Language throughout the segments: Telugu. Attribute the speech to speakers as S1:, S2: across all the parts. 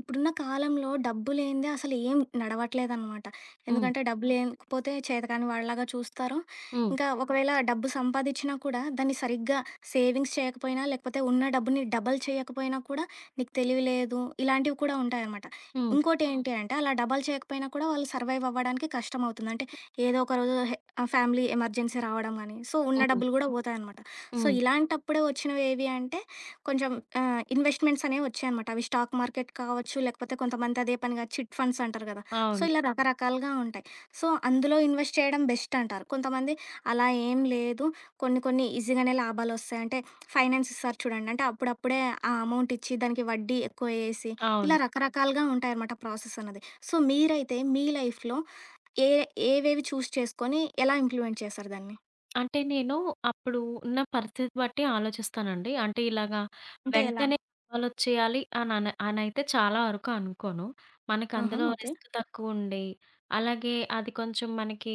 S1: ఇప్పుడున్న కాలంలో డబ్బు లేనిదే అసలు ఏం నడవట్లేదనమాట.
S2: హ్మ్.
S1: ఎందుకంటే డబ్బు లేకపోతే చేతకాని వాళ్ళలాగా చూస్తారు.
S2: హ్మ్.
S1: ఇంకా ఒకవేళ డబ్బు సంపాదిచ్చినా కూడా దాన్ని సరిగ్గా సేవింగ్స్ చేయకపోయినా, లేకపోతే ఉన్న డబ్బుని డబల్ చేయకపోయినా కూడా నీకు తెలివి లేదు, ఇలాంటివి కూడా ఉంటాయనమాట.
S2: హ్మ్.
S1: ఇంకోటేంటి అంటే అలా డబల్ చేయకపోయినా కూడా వాళ్ళు సర్వైవ్ అవ్వడానికి కష్టమవుతుంది. అంటే ఏదో ఒక రోజు ఫ్యామిలీ ఎమర్జెన్సీ రావడం గాని, సో ఉన్న
S2: హ్మ్.
S1: డబ్బులు గూడా పోతాయనమాట. సో
S2: హ్మ్.
S1: ఇలాంటప్పుడే వచ్చినవేవి అంటే కొంచెం ఇన్వెస్ట్‌మెంట్స్ అనేవొచ్చాయనమాట. అవి స్టాక్ మార్కెట్ కావచ్చు, లేకపోతే కొంతమంది అదే పనిగా చిట్ ఫండ్స్ అంటారు గదా! సో,
S2: అవును.
S1: ఇలా అవును, రకరకాలుగా ఉంటాయి. సో, అందులో ఇన్వెస్ట్ చేయడం బెస్ట్ అంటారు కొంతమంది. అలా ఏం లేదు, కొన్ని కొన్ని ఈజీగానే లాభాలొస్తాయి. అంటే ఫైనాన్స్ ఇస్తారు చూడండి. అంటే అప్పుడప్పుడే ఆ అమౌంట్ ఇచ్చి, దానికి వడ్డీ ఎక్కువ ఏసి,
S2: అవును.
S1: ఇలా రకరకాలుగా ఉంటాయనమాట ప్రాసెస్ అన్నది. సో, మీరైతే మీ లైఫ్‌లో ఏ ఏవేవి చూజ్ చేసుకొని ఎలా ఇంప్లిమెంట్ చేశారు దాన్ని?
S2: అంటే నేను అప్పుడు ఉన్న పరిస్థితి బట్టి ఆలోచిస్తానండి. అంటే ఇలాగా
S1: అంటే ఎలా?
S2: వెంటనే ఫలాలొచ్చేయాలి అని అనైతే చాలా వరకు అనుకోను. మనకు
S1: ఆహా!
S2: అందులో
S1: ఓకే.
S2: రిస్క్ తక్కువుండి, అలాగే అది కొంచెం మనకి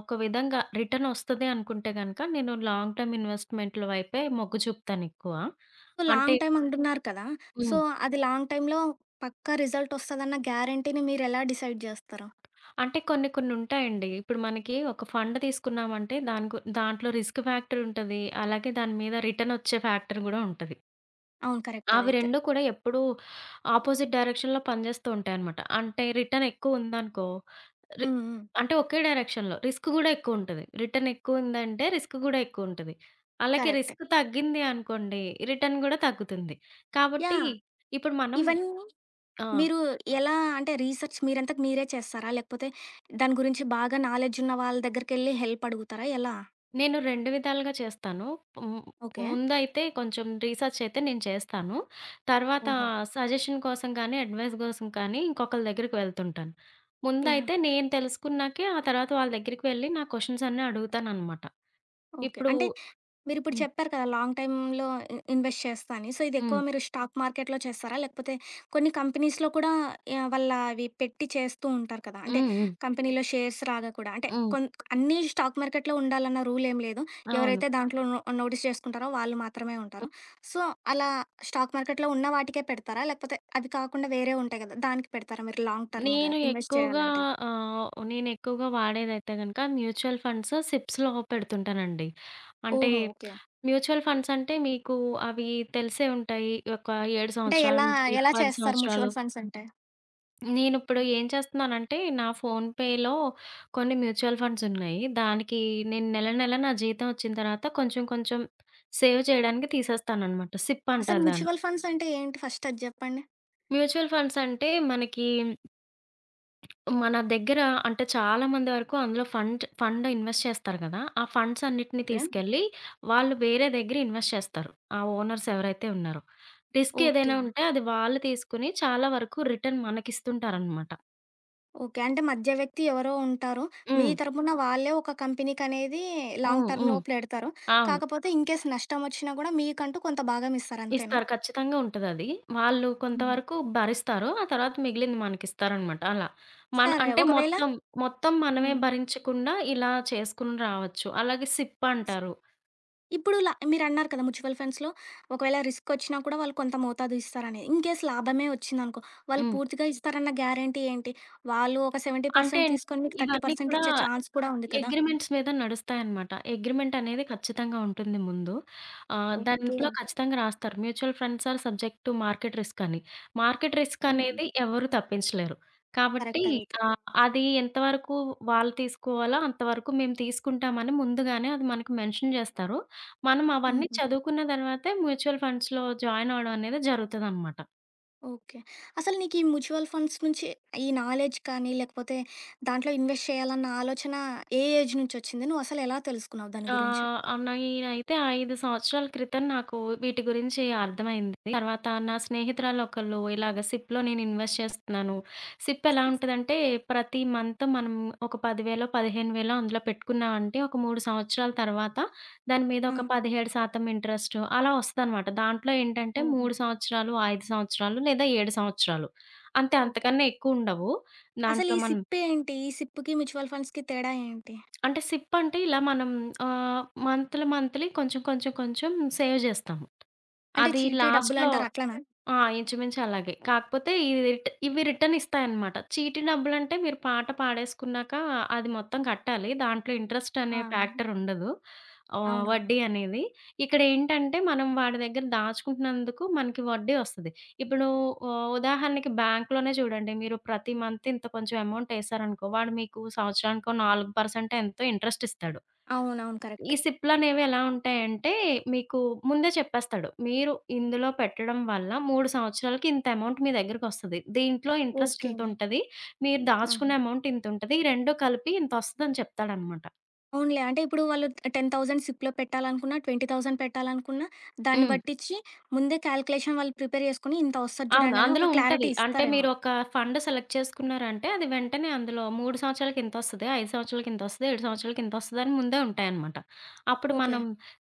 S2: ఒక విధంగా రిటర్న్ వస్తది అనుకుంటే గనక నేను లాంగ్ టర్మ్ ఇన్వెస్ట్‌మెంట్‌ల వైపే మొగ్గు చూపుతానెక్కువ.
S1: సో,
S2: అంటే
S1: లాంగ్ టైమ్ అంటున్నారు కదా! సో,
S2: హ్మ్.
S1: అది లాంగ్ టైమ్‌లో పక్కా రిజల్ట్ వస్తదన్న గ్యారంటీని మీరెలా డిసైడ్ జేస్తారు?
S2: అంటే కొన్ని కొన్ని ఉంటాయండి. ఇప్పుడు మనకి ఒక ఫండ్ తీసుకున్నామంటే దాని గు దాంట్లో రిస్క్ ఫ్యాక్టర్ ఉంటది. అలాగే దాని మీద రిటర్న్ వచ్చే ఫ్యాక్టర్ గూడా ఉంటది.
S1: అవును, కరెక్ట్
S2: అవి
S1: అదైతే.
S2: 2 కూడా ఎప్పుడూ ఆపోజిట్ డైరెక్షన్‌లో పనిచేస్తూ ఉంటాయన్నమాట. అంటే రిటర్న్ ఎక్కువ ఉందనుకో రి
S1: హ్మ్. హ్మ్.
S2: అంటే ఒకే డైరెక్షన్‌లో రిస్క్ గూడా ఎక్కువ ఉంటది. రిటర్న్ ఎక్కువ ఉందంటే రిస్క్ గూడా ఎక్కువ ఉంటది. అలాగే
S1: కరెక్టే.
S2: రిస్క్ తగ్గింది అనుకోండి రిటర్న్ గూడా తగ్గుతుంది. కాబట్టి
S1: యాహ్!
S2: ఇప్పుడు మనం.
S1: ఇవన్నీ
S2: ఆ!
S1: మీరు ఎలా, అంటే రీసెర్చ్ మీరంతకు మీరే చేస్తారా? లేకపోతే దాని గురించి బాగా నాలెడ్జ్ ఉన్న వాళ్ళ దగ్గరికెళ్ళి హెల్ప్ అడుగుతారా? ఎలా?
S2: నేను 2 విధాలుగా చేస్తాను. హ్మ్.
S1: ఓకే.
S2: ముందైతే కొంచెం రీసెర్చ్ అయితే నేను చేస్తాను. తర్వాత
S1: ఓహో!
S2: సజెషన్ కోసం కానీ, అడ్వైస్ కోసం కానీ ఇంకొకళ్ళ దగ్గరికి వెళ్తుంటాను. ముందైతే
S1: యాహ్!
S2: నేను తెలుసుకున్నాకే ఆ తర్వాత వాళ్ళ దగ్గరికి వెళ్ళి నా క్వెషన్స్ అన్నీ అడుగుతాననమాట.
S1: ఓకే.
S2: ఇప్పుడు.
S1: అంటే మీరిప్పుడు
S2: హ్మ్.
S1: చెప్పారు కదా, లాంగ్ టైమ్‌లో ఇన్వెస్ట్ చేస్తా అని. సో, ఇది ఎక్కువ
S2: హ్మ్.
S1: మీరు స్టాక్ మార్కెట్‌లో చేస్తారా? లేకపోతే కొన్ని కంపెనీస్‌లో కూడా, యాహ్, వాళ్ళ అవి పెట్టి చేస్తూ ఉంటారు కదా! అంటే
S2: హ్మ్. హ్మ్.
S1: కంపెనీలో షేర్స్ రాగా కూడా. అంటే
S2: హ్మ్.
S1: అన్నీ స్టాక్ మార్కెట్‌లో ఉండాలన్న రూల్ ఏం లేదు.
S2: అవును.
S1: ఎవరైతే దాంట్లో నోటీస్ చేసుకుంటారో వాళ్ళు మాత్రమే ఉంటారు. సో, అలా స్టాక్ మార్కెట్‌లో ఉన్న వాటికే పెడతారా? లేకపోతే అవి కాకుండా వేరే ఉంటాయి కదా! దానికి పెడతారా మీరు లాంగ్ టర్మ్‌గా
S2: నేను
S1: ఇన్వెస్ట్
S2: ఎక్కువగా
S1: చేయాలంటే?
S2: నేనెక్కువగా వాడేదైతే గనక మ్యూచువల్ ఫండ్స్ సిప్స్‌లో పెడుతుంటానండి. అంటే
S1: ఓహో! ఓకే.
S2: మ్యూచువల్ ఫండ్స్ అంటే మీకు అవి తెలిసే ఉంటాయి. ఒక 7
S1: అంటే
S2: సంవత్సరాల
S1: ఎలా
S2: నుంచి
S1: ఎలా
S2: 10
S1: చేస్తారు
S2: సంవత్సరాలు.
S1: మ్యూచువల్ ఫండ్స్ అంటే?
S2: నేనిప్పుడు ఏం చేస్తున్నానంటే నా ఫోన్‌పేలో కొన్ని మ్యూచువల్ ఫండ్స్ ఉన్నాయి. దానికి నేను నెల నెల నా జీతం వచ్చిన తర్వాత కొంచెం కొంచెం సేవ్ చేయడానికి తీసేస్తాననమాట. సిప్
S1: అసలు
S2: అంటారు దాన్ని.
S1: మ్యూచువల్ ఫండ్స్ అంటే ఏంటి ఫస్ట్ అది జెప్పండి?
S2: మ్యూచువల్ ఫండ్స్ అంటే మనకి మన దగ్గర, అంటే చాలా మంది వరకు అందులో ఫండ్ ఫండ్ ఇన్వెస్ట్ చేస్తారు కదా! ఆ ఫండ్స్ అన్నిటిని
S1: ఓకే.
S2: తీసుకెళ్ళి వాళ్ళు వేరే దగ్గర ఇన్వెస్ట్ చేస్తారు. ఆ ఓనర్స్ ఎవరైతే ఉన్నారో. రిస్క్ ఏదైనా
S1: ఓకే.
S2: ఉంటే అది వాళ్ళు తీసుకొని చాలా వరకు రిటర్న్ మనకిస్తుంటారనమాట.
S1: ఓకే. అంటే మధ్య వ్యక్తి ఎవరో ఉంటారు. మీ
S2: హ్మ్.
S1: తరపున వాళ్ళే ఒక కంపెనీకనేది లాంగ్
S2: హ్మ్.
S1: టర్మ్‌లో
S2: హ్మ్.
S1: పెడతారు.
S2: అవును.
S1: కాకపోతే ఇన్‌కేస్ నష్టమొచ్చినా గూడా మీకంటూ కొంత భాగం ఇస్తారు అంతేనా?
S2: ఇస్తారు. ఖచ్చితంగా ఉంటదది. వాళ్ళు
S1: హ్మ్.
S2: కొంతవరకు భరిస్తారు. ఆ తర్వాత మిగిలింది మనకిస్తారనమాట అలా. మన
S1: సరే.
S2: అంటే
S1: ఒకవేళ
S2: మొత్తం, మొత్తం మనమే
S1: హ్మ్.
S2: భరించకుండా ఇలా చేసుకుని రావచ్చు. అలాగే సిప్
S1: స్
S2: అంటారు.
S1: ఇప్పుడు మీరన్నారు కదా, మ్యూచువల్ ఫండ్స్‌లో ఒకవేళ రిస్కొచ్చినా కూడా వాళ్ళు కొంత మోతాదు ఇస్తారని. ఇన్‌కేస్ లాభమే వచ్చిందనుకో, వాళ్ళు
S2: హ్మ్.
S1: పూర్తిగా ఇస్తారన్న గ్యారంటీ ఏంటి? వాళ్ళు ఒక
S2: అంటే
S1: 70%
S2: అండి,
S1: తీసుకొని మీకు
S2: ఇవన్నీ
S1: 30%
S2: కూడా
S1: ఇచ్చే ఛాన్స్ కూడా ఉంది కదా!
S2: అగ్రీమెంట్స్ మీద నడుస్తాయన్నమాట. అగ్రీమెంట్ అనేది ఖచ్చితంగా ఉంటుంది ముందు.
S1: ఓకే.
S2: దాంట్లో ఖచ్చితంగా రాస్తారు. Mutual funds are subject to market risk అని. మార్కెట్ రిస్క్
S1: హుహు.
S2: అనేది ఎవరు తప్పించలేరు. కాబట్టి
S1: కరెక్ట్ అదైతే.
S2: ఆహ్, అది ఎంతవరకు వాళ్ళు తీసుకోవాలో అంతవరకు మేము తీసుకుంటామని ముందుగానే అది మనకు మెన్షన్ చేస్తారు. మనం అవన్నీ
S1: హుహు.
S2: చదువుకున్న తర్వాతే మ్యూచువల్ ఫండ్స్‌లో జాయిన్ అవ్వడం అనేది జరుగుతదనమాట.
S1: ఓకే. అసలు నీకీ మ్యూచువల్ ఫండ్స్ నుంచి ఈ నాలెడ్జ్ కానీ, లేకపోతే దాంట్లో ఇన్వెస్ట్ చేయాలన్న ఆలోచన ఏజ్ నుంచొచ్చింది? నువ్వసలెలా తెలుసుకున్నావు దాని
S2: ఆ!
S1: గురించి?
S2: నేనైతే 5 సంవత్సరాల క్రితం నాకు వీటి గురించి అర్థమైంది. తర్వాత నా స్నేహితురాలొకళ్ళు ఇలాగ సిప్‌లో నేను ఇన్వెస్ట్ చేస్తున్నాను. సిప్ ఎలా ఉంటదంటే, ప్రతి మంత్ మనం ఒక 10,000, 15,000 అందులో పెట్టుకున్నామంటే ఒక 3 సంవత్సరాల తర్వాత దాని మీద
S1: ఆ!
S2: ఒక 17% ఇంట్రెస్ట్ అలా వస్తదనమాట. దాంట్లో ఏంటంటే
S1: ఓహో!
S2: 3 సంవత్సరాలు, 5 సంవత్సరాలు లేదా 7 సంవత్సరాలు. అంతే,
S1: ఓకే.
S2: అంతకన్నా ఎక్కువుండవు.
S1: అసలు
S2: దాంట్లో
S1: ఈ
S2: మనం.
S1: సిప్ ఏంటి? ఈ సిప్‌కి, మ్యూచువల్ ఫండ్స్‌కి తేడా ఏంటి?
S2: అంటే సిప్ అంటే ఇలా మనం మంత్లీ మంత్లీ కొంచెం కొంచెం కొంచెం సేవ్ జేస్తాము.
S1: అంటే
S2: అది
S1: చీటీ
S2: లాస్ట్‌లో.
S1: డబ్బులంటారు అట్లనా?
S2: ఆ! ఇంచుమించు అలాగే. కాకపోతే ఇది ఇవి రిటర్న్ ఇస్తాయన్నమాట. చీటీ డబ్బులంటే మీరు పాట పాడేసుకున్నాక అది మొత్తం కట్టాలి. దాంట్లో ఇంట్రెస్ట్
S1: ఆ!
S2: అనే ఫ్యాక్టర్ ఉండదు.
S1: అవునవును.
S2: వడ్డీ అనేది. ఇక్కడేంటంటే మనం వాడి దగ్గర దాచుకుంటున్నందుకు మనకి వడ్డీ వస్తది. ఇప్పుడు ఉదాహరణకి బ్యాంక్‌లోనే చూడండి. మీరు ప్రతి మంత్ ఇంత కొంచెం అమౌంట్ ఏసారనుకో, వాడు మీకు సంవత్సరానికో 4% ఎంతో ఇంట్రెస్ట్ ఇస్తాడు.
S1: అవునవును.
S2: ఈ
S1: కరెక్టే.
S2: సిప్‌లనేవి ఎలా ఉంటాయంటే, మీకు ముందే చెప్పేస్తాడు. మీరు ఇందులో పెట్టడం వల్ల 3 సంవత్సరాలకి ఇంత అమౌంట్ మీ దగ్గరకొస్తది. దీంట్లో ఇంట్రెస్ట్
S1: ఓకే.
S2: ఇంతుంటది. మీరు
S1: ఆహా!
S2: దాచుకునే అమౌంట్ ఇంతుంటది. ఈ 2 కలిపి ఇంతొస్తదని చెప్తాడనమాట.
S1: అవునులే. అంటే ఇప్పుడు వాళ్ళు 10,000 సిప్‌లో పెట్టాలనుకున్నా, 20,000 పెట్టాలనుకున్నా, దాన్ని
S2: హ్మ్.
S1: బట్టిచ్చి ముందే కాలిక్యులేషన్ వాళ్ళు ప్రిపేర్ చేసుకొని ఇంత వస్తది
S2: అవును.
S1: చూడండని
S2: అందులో
S1: ఒక
S2: ఉంటది.
S1: క్లారిటీ
S2: అంటే
S1: ఇస్తారేమో.
S2: మీరు ఒక ఫండ్ సెలెక్ట్ చేసుకున్నారంటే, అది వెంటనే అందులో 3 సంవత్సరాలకి ఇంతొస్తది, 5 సంవత్సరాలకి ఇంతొస్తది, 7 సంవత్సరాలకి ఇంతొస్తది అని ముందే ఉంటాయన్నమాట. అప్పుడు
S1: ఓకే.
S2: మనం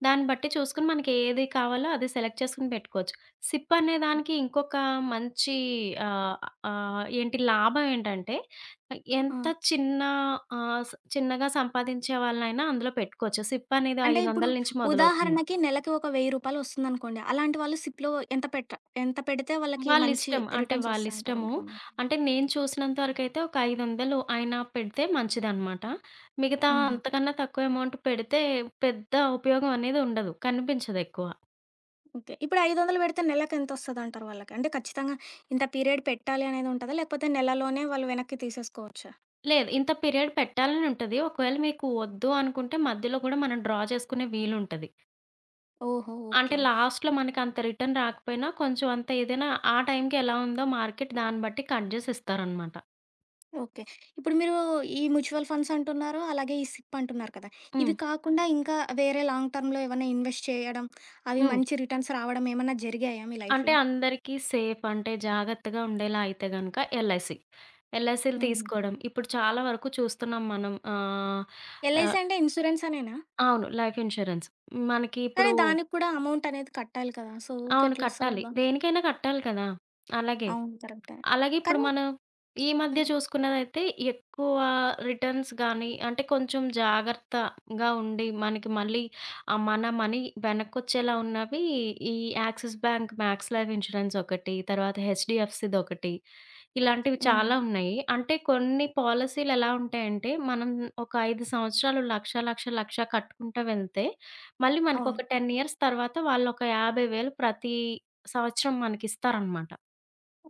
S2: దాన్ని బట్టి చూసుకొని మనకి ఏది కావాలో అది సెలెక్ట్ చేసుకొని పెట్టుకోవచ్చు. సిప్ అనే దానికి ఇంకొక మంచి, ఆహ్, ఆహ్, ఏంటి లాభం ఏంటంటే,
S1: ఆ!
S2: ఎంత చిన్న ఆహ్, స్ చిన్నగా సంపాదించే వాళ్ళనైనా అందులో పెట్టుకోవచ్చు. సిప్ అనేది
S1: అంటే ఇప్పుడు
S2: 500 నుంచి మొదలవుతుంది.
S1: ఉదాహరణకి నెలకి ఒక రూ. 1000 వస్తుందనుకోండి. అలాంటి వాళ్ళు సిప్‌లో ఎంత పెడితే వాళ్ళకి మంచి
S2: వాళ్ళిష్టం. అంటే
S1: రిటర్న్స్
S2: వాళ్ళిష్టము.
S1: వస్తాయంటారనుకోండి?
S2: అంటే నేను చూసినంత వరకైతే ఒక 500 ఆయన పెడితే మంచిదనమాట. మిగతా
S1: హుహు.
S2: అంతకన్నా తక్కువ అమౌంట్ పెడితే పెద్ద ఉపయోగం అనేది ఉండదు. కనిపించదెక్కువ.
S1: ఓకే. ఇప్పుడు 500 పెడితే నెలకెంతొస్తదంటారు వాళ్ళకి? అంటే ఖచ్చితంగా ఇంత పీరియడ్ పెట్టాలి అనేది ఉంటదా? లేకపోతే నెలలోనే వాళ్ళు వెనక్కి తీసేసుకోవచ్చా?
S2: లేదు, ఇంత పీరియడ్ పెట్టాలని ఉంటది. ఒకవేళ మీకు వద్దు అనుకుంటే మధ్యలో గూడా మనం డ్రా చేసుకునే వీలుంటది.
S1: ఓహో!
S2: అంటే
S1: ఓకే.
S2: లాస్ట్‌లో మనకంత రిటర్న్ రాకపోయినా కొంచెం అంత ఏదైనా ఆ టైంకి ఎలా ఉందో మార్కెట్, దాన్ని బట్టి కట్ జేసి ఇస్తారనమాట.
S1: ఓకే. ఇప్పుడు మీరు ఈ మ్యూచువల్ ఫండ్స్ అంటున్నారు. అలాగే ఈ సిప్ అంటున్నారు కదా!
S2: హ్మ్.
S1: ఇవి కాకుండా ఇంకా వేరే లాంగ్ టర్మ్‌లో ఏమన్నా ఇన్వెస్ట్ చేయడం, అవి
S2: హ్మ్.
S1: మంచి రిటర్న్స్ రావడం ఏమన్నా జరిగాయా మీ
S2: అంటే
S1: లైఫ్‌లో?
S2: అందరికీ సేఫ్ అంటే జాగ్రత్తగా ఉండేలా అయితే గనక ఎల్ఐసి. ఎల్ఐసీలు
S1: హుహు.
S2: తీసుకోవడం. ఇప్పుడు చాలా వరకు చూస్తున్నాం మనం. ఆహ్,
S1: ఎల్ఐసీ
S2: ఆహ్,
S1: అంటే ఇన్సూరెన్స్ అనేనా?
S2: అవును. Life insurance. మనకి ఇప్పుడు.
S1: కానీ దానికి కూడా అమౌంట్ అనేది కట్టాలి కదా! సో
S2: అవును. కట్టాలి.
S1: ఊకెట్లొస్తదబ్బా?
S2: దేనికైనా కట్టాలి కదా! అలాగే.
S1: అవును, కరెక్టే.
S2: అలాగే ఇప్పుడు
S1: కానీ
S2: మనం ఈ మధ్య
S1: హ్మ్.
S2: చూసుకున్నదైతే ఎక్కువ రిటర్న్స్ గానీ, అంటే కొంచెం జాగ్రత్తగా ఉండి మనకి మళ్ళీ మన మనీ వెనక్కొచ్చేలా ఉన్నవి ఈ Axis Bank Max Life Insurance ఒకటి, తర్వాత హెచ్‌డీఎఫ్‌సీదొకటి. ఇలాంటివి
S1: హ్మ్.
S2: చాలా ఉన్నాయి. అంటే కొన్ని పాలిసీలు ఎలా ఉంటాయంటే, మనం ఒక 5 సంవత్సరాలు లక్ష, లక్ష, లక్ష కట్టుకుంటా వెళ్తే, మళ్ళీ
S1: అవును.
S2: మనకొక 10 ఇయర్స్ తర్వాత వాళ్ళొక 50,000 ప్రతి సంవత్సరం మనకిస్తారనమాట.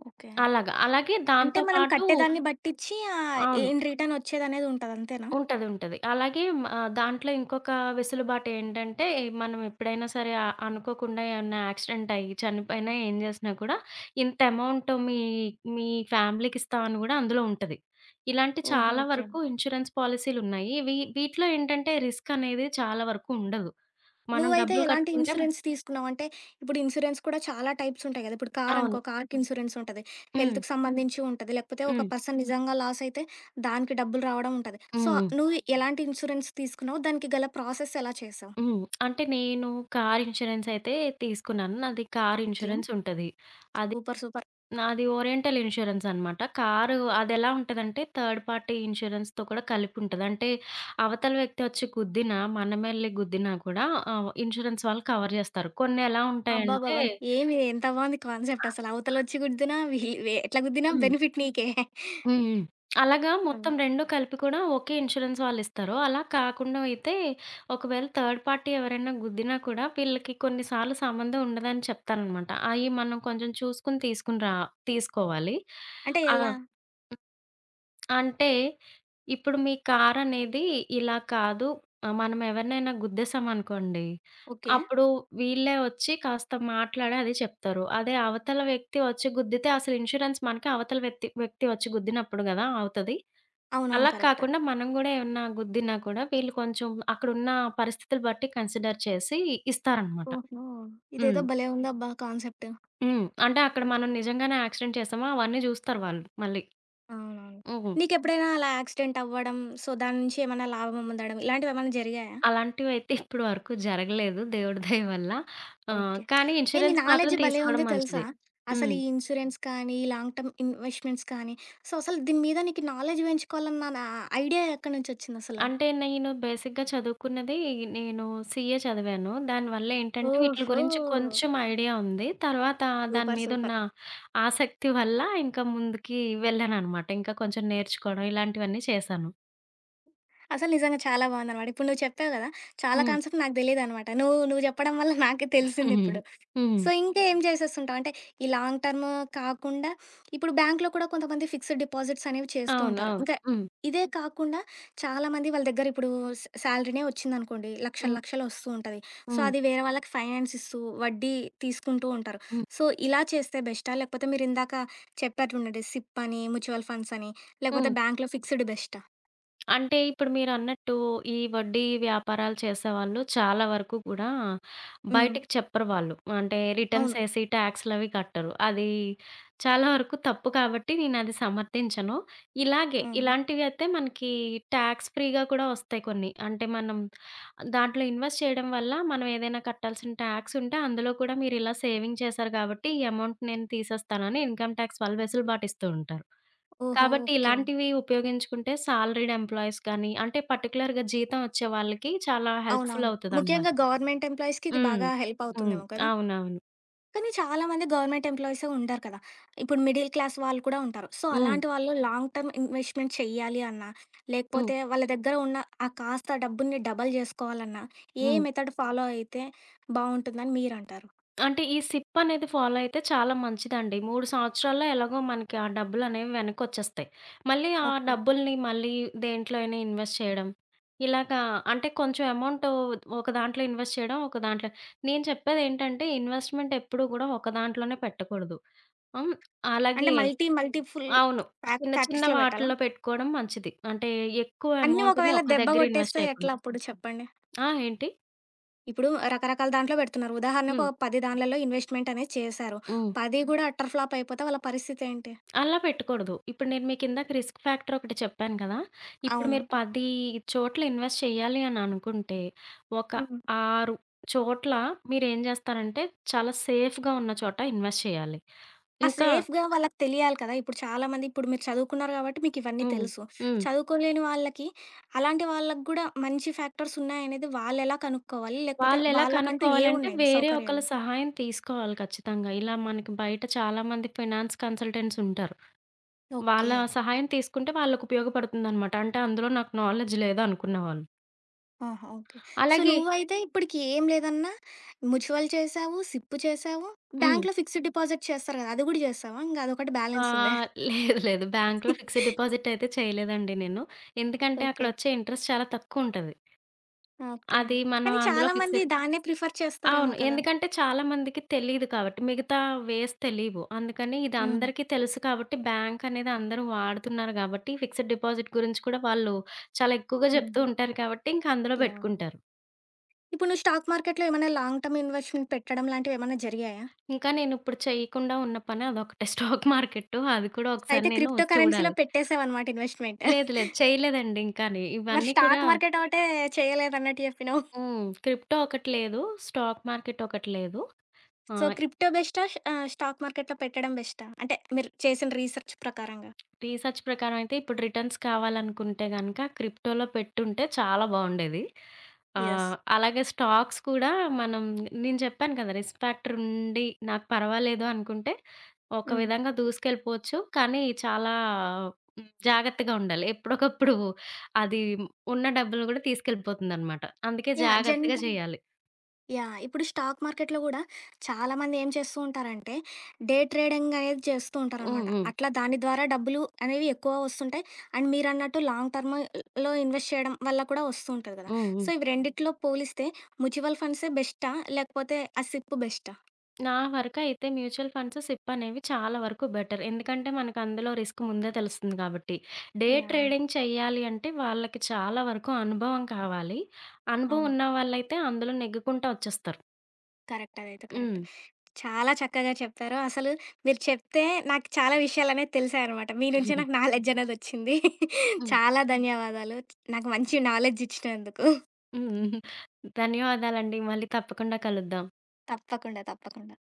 S1: ఓకే.
S2: అలాగా. అలాగే
S1: అంటే
S2: దాంతో
S1: మనం
S2: పాటు.
S1: కట్టేదాన్ని బట్టిచ్చి
S2: అవును.
S1: ఇన్ రిటర్న్ ఒచ్చేదనేది ఉంటది అంతేనా?
S2: ఉంటది. ఉంటది. అలాగే దాంట్లో ఇంకొక వెసులుబాటేంటంటే, మనం ఎప్పుడైనా సరే అనుకోకుండా ఏమన్నా యాక్సిడెంట్ అయ్యి చనిపోయినా ఏం చేసినా కూడా, ఇంత అమౌంట్ మీ మీ ఫ్యామిలీకి ఇస్తామని కూడా అందులో ఉంటది. ఇలాంటి
S1: ఓహో!
S2: చాలా
S1: ఓకే.
S2: వరకు ఇన్స్యూరెన్స్ పాలిసీలున్నాయి. వీటిలో ఏంటంటే రిస్క్ అనేది చాలా వరకు ఉండదు. మనం
S1: నువ్వైతే
S2: డబ్బులు
S1: ఎలాంటి
S2: కట్టుకుంటే.
S1: ఇన్సూరెన్స్ తీసుకున్నావు? అంటే ఇప్పుడు ఇన్సూరెన్స్ కూడా చాలా టైప్స్ ఉంటాయి గదా! ఇప్పుడు కార్
S2: అవును.
S1: అనుకో, కార్‌కి ఇన్సూరెన్స్ ఉంటది.
S2: హ్మ్.
S1: హెల్త్‌కి సంబంధించి ఉంటది. లేకపోతే ఒక
S2: హ్మ్.
S1: పర్సన్ నిజంగా లాస్ అయితే దానికి డబ్బులు రావడం ఉంటది. సో,
S2: హ్మ్.
S1: నువ్వు ఎలాంటి ఇన్సూరెన్స్ తీసుకున్నావు? దానికి గల ప్రాసెస్ ఎలా చేసావు?
S2: హ్మ్. అంటే నేను కార్ ఇన్స్యూరెన్స్ అయితే తీసుకున్నాను. నాది కార్
S1: ఓకే.
S2: ఇన్స్యూరెన్స్ ఉంటది. అది.
S1: సూపర్. సూపర్.
S2: నాది ఓరియంటల్ ఇన్స్యూరెన్స్ అనమాట. కారు అదెలా ఉంటదంటే థర్డ్ పార్టీ ఇన్స్యూరెన్స్‌తో కూడా కలిపి ఉంటది. అంటే అవతల వ్యక్తి వచ్చి గుద్దినా, మనమెళ్లి గుద్దినా కూడా ఇన్స్యూరెన్స్ వాళ్ళు కవర్ చేస్తారు. కొన్ని ఎలా ఉంటాయంటే.
S1: అబ్బబ్బబ్బా! ఏమి ఎంత బావుంది కాన్సెప్ట్ అసల. అవతలొచ్చి గుద్దినా విహి వె ఎట్లా గుద్దినా
S2: హ్మ్.
S1: బెనిఫిట్ నీకే.
S2: హ్మ్. హ్మ్. అలాగా
S1: హ్మ్.
S2: మొత్తం 2 కలిపి కూడా ఒకే ఇన్స్యూరెన్స్ వాళ్ళిస్తారు. అలా కాకుండా అయితే ఒకవేళ థర్డ్ పార్టీ ఎవరైనా గుద్దినా కూడా వీళ్ళకి కొన్ని సార్లు సంబంధం ఉండదని చెప్తారనమాట. అయి మనం కొంచెం చూసుకొని తీసుకుని రా తీసుకోవాలి.
S1: అంటే
S2: ఆ!
S1: ఎలా?
S2: అంటే ఇప్పుడు మీ కారనేది ఇలా కాదు, మనం ఎవరినైనా గుద్దేసామనుకోండి.
S1: ఓకే.
S2: అప్పుడు వీళ్ళే వచ్చి కాస్త మాట్లాడి అది చెప్తారు. అదే అవతల వ్యక్తి వచ్చి గుద్దితే అసలు ఇన్స్యూరెన్స్ మనకి అవతల వ్యక్తి వ్యక్తి వచ్చి గుద్దినప్పుడు గదా అవుతది.
S1: అవునవును,
S2: అలా
S1: కరెక్ట్.
S2: కాకుండా మనం గూడా ఏమన్నా గుద్దినా కూడా వీళ్ళు కొంచెం అక్కడున్న పరిస్థితులు బట్టి కన్సిడర్ చేసి ఇస్తారనమాట.
S1: ఓహో!
S2: హ్మ్.
S1: ఇదేదో భలే ఉందబ్బా కాన్సెప్ట్.
S2: హ్మ్. అంటే అక్కడ మనం నిజంగానే యాక్సిడెంట్ చేసామా అవన్నీ జూస్తారు వాళ్ళు మళ్ళీ.
S1: అవునవును.
S2: హ్మ్.
S1: నీకెప్పుడైనా అలా యాక్సిడెంట్ అవ్వడం, సో, దాని నుంచి ఏమన్నా లాభం పొందడం ఇలాంటివేమన్నా జరిగాయా?
S2: అలాంటివైతే ఇప్పడి వరకు జరగలేదు దేవుడి దయ వల్ల.
S1: ఓకే.
S2: కానీ
S1: ఏ నీ
S2: ఇన్స్యూరెన్స్ మాత్రం
S1: నాలెడ్జ్ భలే
S2: తీసుకోవడం
S1: ఉంది తెలుసా!
S2: మంచిది.
S1: అసలు
S2: హ్మ్.
S1: ఈ ఇన్స్యూరెన్స్ కానీ, ఈ లాంగ్ టర్మ్ ఇన్వెస్ట్‌మెంట్స్ కానీ, సో, అసలు దీని మీద నీకు నాలెడ్జ్ పెంచుకోవాలన్న ఐడియా ఎక్కడి నుంచొచ్చిందసల?
S2: అంటే నేను బేసిక్‌గా చదువుకున్నది, నేను సీఏ చదివాను. దానివల్ల ఏంటంటే వీటిల
S1: ఓహో!
S2: గురించి కొంచెం ఐడియా ఉంది. తర్వాత దాని
S1: సూపర్.
S2: మీదున్న
S1: సూపర్.
S2: ఆసక్తి వల్ల ఇంకా ముందుకి వెళ్ళాననమాట. ఇంకా కొంచెం నేర్చుకోవడం ఇలాంటివన్నీ చేశాను.
S1: అసలు నిజంగా చాలా బావుందనమాట. ఇప్పుడు నువ్వు చెప్పావు గదా! చాలా
S2: హ్మ్.
S1: కాన్సెప్ట్ నాకు తెలీదనమాట. నువ్వు నువ్వు చెప్పడం వల్ల నాకే
S2: హ్మ్.
S1: తెలిసిందిప్పుడు.
S2: హ్మ్.
S1: సో, ఇంకా ఏం చేసేస్తుంటావు? అంటే ఈ లాంగ్ టర్మ్ కాకుండా ఇప్పుడు బ్యాంక్‌లో కూడా కొంతమంది ఫిక్స్డ్ డిపాజిట్స్ అనేవి చేస్తూ
S2: అవును.
S1: ఉంటారు.
S2: అవును.
S1: ఇంకా
S2: హ్మ్.
S1: ఇదే కాకుండా చాలామంది వాళ్ళ దగ్గర ఇప్పుడు సాలరీనే వచ్చిందనుకోండి. లక్షలు
S2: హ్మ్.
S1: లక్షలు వస్తూ ఉంటది. సో,
S2: హ్మ్.
S1: అది వేరే వాళ్ళకి ఫైనాన్స్ ఇస్తూ వడ్డీ తీసుకుంటూ ఉంటారు.
S2: హ్మ్.
S1: సో, ఇలా చేస్తే బెస్టా? లేకపోతే మీరిందాక చెప్పారు చూడండి, సిప్ అని, మ్యూచువల్ ఫండ్స్ అని, లేకపోతే
S2: హ్మ్.
S1: బ్యాంక్‌లో ఫిక్స్డ్ బెస్టా?
S2: అంటే ఇప్పుడు మీరన్నట్టు ఈ వడ్డీ వ్యాపారాలు చేసేవాళ్ళు చాలా వరకు కూడా
S1: హ్మ్.
S2: బయటికి చెప్పరు వాళ్ళు. అంటే రిటర్న్స్
S1: అవును.
S2: ఏసి టాక్స్‌లవి కట్టరు. అది చాలా వరకు తప్పు కాబట్టి నేనది సమర్థించను. ఇలాగే
S1: హ్మ్.
S2: ఇలాంటివి అయితే మనకి టాక్స్ ఫ్రీగా కూడా వస్తాయి కొన్ని. అంటే మనం దాంట్లో ఇన్వెస్ట్ చేయడం వల్ల మనం ఏదైనా కట్టాల్సిన టాక్స్ ఉంటే, అందులో కూడా మీరిలా సేవింగ్ చేశారు కాబట్టి, ఈ అమౌంట్ నేను తీసేస్తానని ఇన్‌కమ్ టాక్స్ వాళ్ళు వెసులుబాటు ఇస్తూ ఉంటారు.
S1: ఓహో!
S2: కాబట్టి
S1: ఓకే.
S2: ఇలాంటివి ఉపయోగించుకుంటే సాలరీడ్ ఎంప్లాయీస్ కానీ, అంటే పర్టిక్యులర్‌గా జీతం వచ్చే వాళ్ళకి చాలా హెల్ప్‌ఫుల్
S1: అవునవును.
S2: అవుతదనమాట.
S1: ముఖ్యంగా గవర్నమెంట్ ఎంప్లాయీస్‌కి ఇది
S2: హ్మ్.
S1: బాగా హెల్ప్
S2: హ్మ్.
S1: అవుతుందేమో కదా!
S2: అవునవును.
S1: కానీ చాలామంది గవర్నమెంట్ ఎంప్లాయీసే ఉంటారు కదా! ఇప్పుడు మిడిల్ క్లాస్ వాళ్ళు కూడా ఉంటారు. సో,
S2: హ్మ్.
S1: అలాంటి వాళ్ళు లాంగ్ టర్మ్ ఇన్వెస్ట్‌మెంట్ చెయ్యాలి అన్నా,
S2: హ్మ్.
S1: లేకపోతే వాళ్ళ దగ్గర ఉన్న ఆ కాస్త డబ్బుని డబల్ జేసుకోవాలన్నా, ఏ
S2: హ్మ్.
S1: మెథడ్ ఫాలో అయితే బావుంటుందని మీరంటారు?
S2: అంటే ఈ సిప్ అనేది ఫాలో అయితే చాలా మంచిదండి. 3 సంవత్సరాల్లో ఎలాగో మనకి ఆ డబ్బులనేవి వెనక్కొచ్చేస్తాయి. మళ్ళీ ఆ
S1: ఓకే.
S2: డబ్బుల్ని మళ్ళీ దేంట్లో అయినా ఇన్వెస్ట్ చేయడం. ఇలాగా అంటే కొంచెం అమౌంట్ ఒక దాంట్లో ఇన్వెస్ట్ చేయడం, ఒక దాంట్లో. నేను చెప్పేదేంటంటే ఇన్వెస్ట్‌మెంట్ ఎప్పుడూ గూడా ఒక దాంట్లోనే పెట్టకూడదు. హ్మ్.
S1: అంటే
S2: అలాగే.
S1: మల్టీ మల్టీ ఫుల్
S2: అవును. చిన్న చిన్న
S1: ఫ్యాక్టర్స్‌లో పెట్టాలా?
S2: వాటిల్లో పెట్టుకోవడం మంచిది. అంటే ఎక్కువ
S1: అన్నీ
S2: అమౌంట్‌ని
S1: ఒకవేళ
S2: ఒక
S1: దెబ్బ
S2: దగ్గర ఇన్వెస్ట్
S1: గొట్టేస్తే ఎట్లా
S2: చేయకుండా.
S1: అప్పుడు చెప్పండి?
S2: ఆ! ఏంటి?
S1: ఇప్పుడు రకరకాల దాంట్లో పెడుతున్నారు. ఉదాహరణకు
S2: హ్మ్.
S1: ఒక 10 దాన్లలో ఇన్వెస్ట్‌మెంట్ అనేది చేశారు.
S2: హ్మ్.
S1: 10 హ్మ్. కూడా అట్టర్ ఫ్లాప్ అయిపోతే వాళ్ళ పరిస్థితేంటి?
S2: అలా పెట్టకూడదు. ఇప్పుడు నేను మీకిందాక రిస్క్ ఫ్యాక్టర్ ఒకటి చెప్పాను కదా! ఇప్పుడు
S1: అవును.
S2: మీరు 10 చోట్ల ఇన్వెస్ట్ చేయాలి అని అనుకుంటే, ఒక
S1: హ్మ్.
S2: 6 చోట్ల మీరేం చేస్తారంటే, చాలా సేఫ్‌గా ఉన్న చోట ఇన్వెస్ట్ చేయాలి.
S1: ఆ
S2: ఇంకా.
S1: సేఫ్‌గా వాళ్ళకి తెలియాలి కదా! ఇప్పుడు చాలామంది, ఇప్పుడు మీరు చదువుకున్నారు కాబట్టి మీకివన్నీ
S2: హ్మ్.
S1: తెలుసు.
S2: హ్మ్.
S1: చదువుకోలేని వాళ్ళకి, అలాంటి వాళ్ళకి గూడా మంచి ఫ్యాక్టర్స్ ఉన్నాయనేది వాళ్ళెలా కనుక్కోవాలి? లేకపోతే
S2: వాళ్ళెలా
S1: వాళ్ళకంటూ
S2: కనుక్కోవాలంటే,
S1: ఏవున్నాయి
S2: వేరే ఒకళ్ళ
S1: సౌకర్యాలు?
S2: సహాయం తీసుకోవాలి ఖచ్చితంగా. ఇలా మనకి బయట చాలామంది ఫైనాన్స్ కన్సల్టెంట్స్ ఉంటారు. వాళ్ళ
S1: ఓకే.
S2: సహాయం తీసుకుంటే వాళ్ళకి ఉపయోగపడుతుందనమాట. అంటే అందులో నాకు నాలెడ్జ్ లేదనుకున్న వాళ్ళు.
S1: ఆహా! ఓకే. సో,
S2: అలాగే.
S1: నువ్వైతే ఇప్పటికి ఏం లేదన్నా మ్యూచువల్ చేశావు, సిప్ చేశావు,
S2: హ్మ్.
S1: బ్యాంక్‌లో ఫిక్స్డ్ డిపాజిట్ చేస్తారు గదా! అది గూడా చేస్తావా? ఇంగ అదొకటి
S2: ఆ!
S1: బ్యాలెన్స్ ఉందా?
S2: లేదు లేదు. బ్యాంక్‌లో ఫిక్స్‌డ్ డిపాజిట్ అయితే చేయలేదండి నేను. ఎందుకంటే
S1: ఓకే.
S2: అక్కడొచ్చే ఇంట్రెస్ట్ చాలా తక్కువుంటది.
S1: ఓకే.
S2: అది మనం
S1: కానీ
S2: అందులో
S1: చాలామంది
S2: ఫిక్స్‌డ్.
S1: దాన్నే ప్రిఫర్
S2: అవును.
S1: చేస్తారేమో కదా!
S2: ఎందుకంటే చాలా మందికి తెలీదు కాబట్టి. మిగతా వేస్ తెలీవు. అందుకని ఇది
S1: హుహు.
S2: అందరికీ తెలుసు కాబట్టి బ్యాంక్ అనేది అందరూ వాడుతున్నారు గాబట్టి ఫిక్స్‌డ్ డిపాజిట్ గురించి కూడా వాళ్ళు చాలా ఎక్కువగా జెప్తూ
S1: హుహు.
S2: ఉంటారు కాబట్టి ఇంక అందులో
S1: యాహ్!
S2: బెట్టుకుంటారు.
S1: ఇప్పుడు నువ్వు స్టాక్ మార్కెట్‌లో ఏమైనా లాంగ్ టర్మ్ ఇన్వెస్ట్‌మెంట్ పెట్టడం లాంటివేమన్నా జరిగాయా?
S2: ఇంకా నేనిప్పుడు చేయకుండా ఉన్న పని అదొకటే స్టాక్ మార్కెట్టు, అది కూడా ఒకసారి
S1: అయితే
S2: నేను
S1: క్రిప్టో కరెన్సీలో
S2: చూడాలి.
S1: పెట్టేసావనమాట ఇన్వెస్ట్‌మెంట్.
S2: లేదు
S1: మరి
S2: లేదు. చేయలేదండి ఇంకాని. ఇవన్నీ కూడా.
S1: స్టాక్ మార్కెట్ ఒకటే చేయలేదన్నట్టు జెప్పినావు.
S2: హ్మ్. క్రిప్టో ఒకటి లేదు. స్టాక్ మార్కెట్ ఒకటి లేదు.
S1: సో,
S2: ఆహ్,
S1: క్రిప్టో బెస్టా? స్టాక్ మార్కెట్‌లో పెట్టడం బెస్టా? అంటే మీరు చేసిన రీసెర్చ్ ప్రకారంగా.
S2: రీసెర్చ్ ప్రకారం అయితే ఇప్పుడు రిటర్న్స్ కావాలనుకుంటే గనక క్రిప్టోలో పెట్టుంటే చాలా బావుండేది.
S1: యెస్.
S2: అలాగే స్టాక్స్ కూడా మనం. నేను చెప్పాను కదా! రిస్క్ ఫ్యాక్టర్ ఉండి నాకు పర్వాలేదు అనుకుంటే ఒక
S1: హ్మ్.
S2: విధంగా దూసుకెళ్ళిపోవచ్చు. కానీ చాలా జాగ్రత్తగా ఉండాలి. ఎప్పటికప్పుడు అది ఉన్న డబ్బులు కూడా తీసుకెళ్ళిపోతుందనమాట. అందుకే
S1: యాహ్!
S2: జాగ్రత్తగా
S1: జనరల్
S2: చేయాలి.
S1: యాహ్! ఇప్పుడు స్టాక్ మార్కెట్‌లో గూడా చాలామంది ఏం చేస్తూ ఉంటారంటే, డే ట్రేడింగ్ అనేది చేస్తూ
S2: హ్మ్.
S1: ఉంటారనమాట.
S2: హ్మ్.
S1: అట్లా దాని ద్వారా డబ్బులు అనేవి ఎక్కువ వస్తుంటాయి. అండ్ మీరన్నట్టు లాంగ్ టర్మ్ లో ఇన్వెస్ట్ చేయడం వల్ల కూడా వస్తూ ఉంటది కదా!
S2: హ్మ్. హ్మ్.
S1: సో, ఇవి రెండిట్లో పోలిస్తే మ్యూచువల్ ఫండ్సే బెస్టా? లేకపోతే ఆ సిప్ బెస్టా?
S2: నా వరకైతే మ్యూచువల్ ఫండ్స్, సిప్ అనేవి చాలా వరకు బెటర్. ఎందుకంటే మనకు అందులో రిస్క్ ముందే తెలుస్తుంది కాబట్టి. Day
S1: yeah!
S2: ట్రేడింగ్ చేయాలి అంటే వాళ్ళకి చాలా వరకు అనుభవం కావాలి. అనుభవం
S1: అవును,
S2: ఉన్నవాళ్ళైతే అందులో నెగ్గుకుంటా వచ్చేస్తారు.
S1: కరెక్ట్. అదైతే కరెక్ట్.
S2: హ్మ్.
S1: చాలా చక్కగా చెప్పారు. అసలు మీరు చెప్తే నాకు చాలా విషయాలనేవి తెలిసాయనమాట. మీ నుంచే నాకు నాలెడ్జ్ అనేదొచ్చింది.
S2: హ్మ్.
S1: చాలా ధన్యవాదాలు. నాకు మంచి నాలెడ్జ్ ఇచ్చినందుకు.
S2: హ్మ్. ధన్యవాదాలండి. మళ్ళీ తప్పకుండా కలుద్దాం.
S1: తప్పకుండా. తప్పకుండా.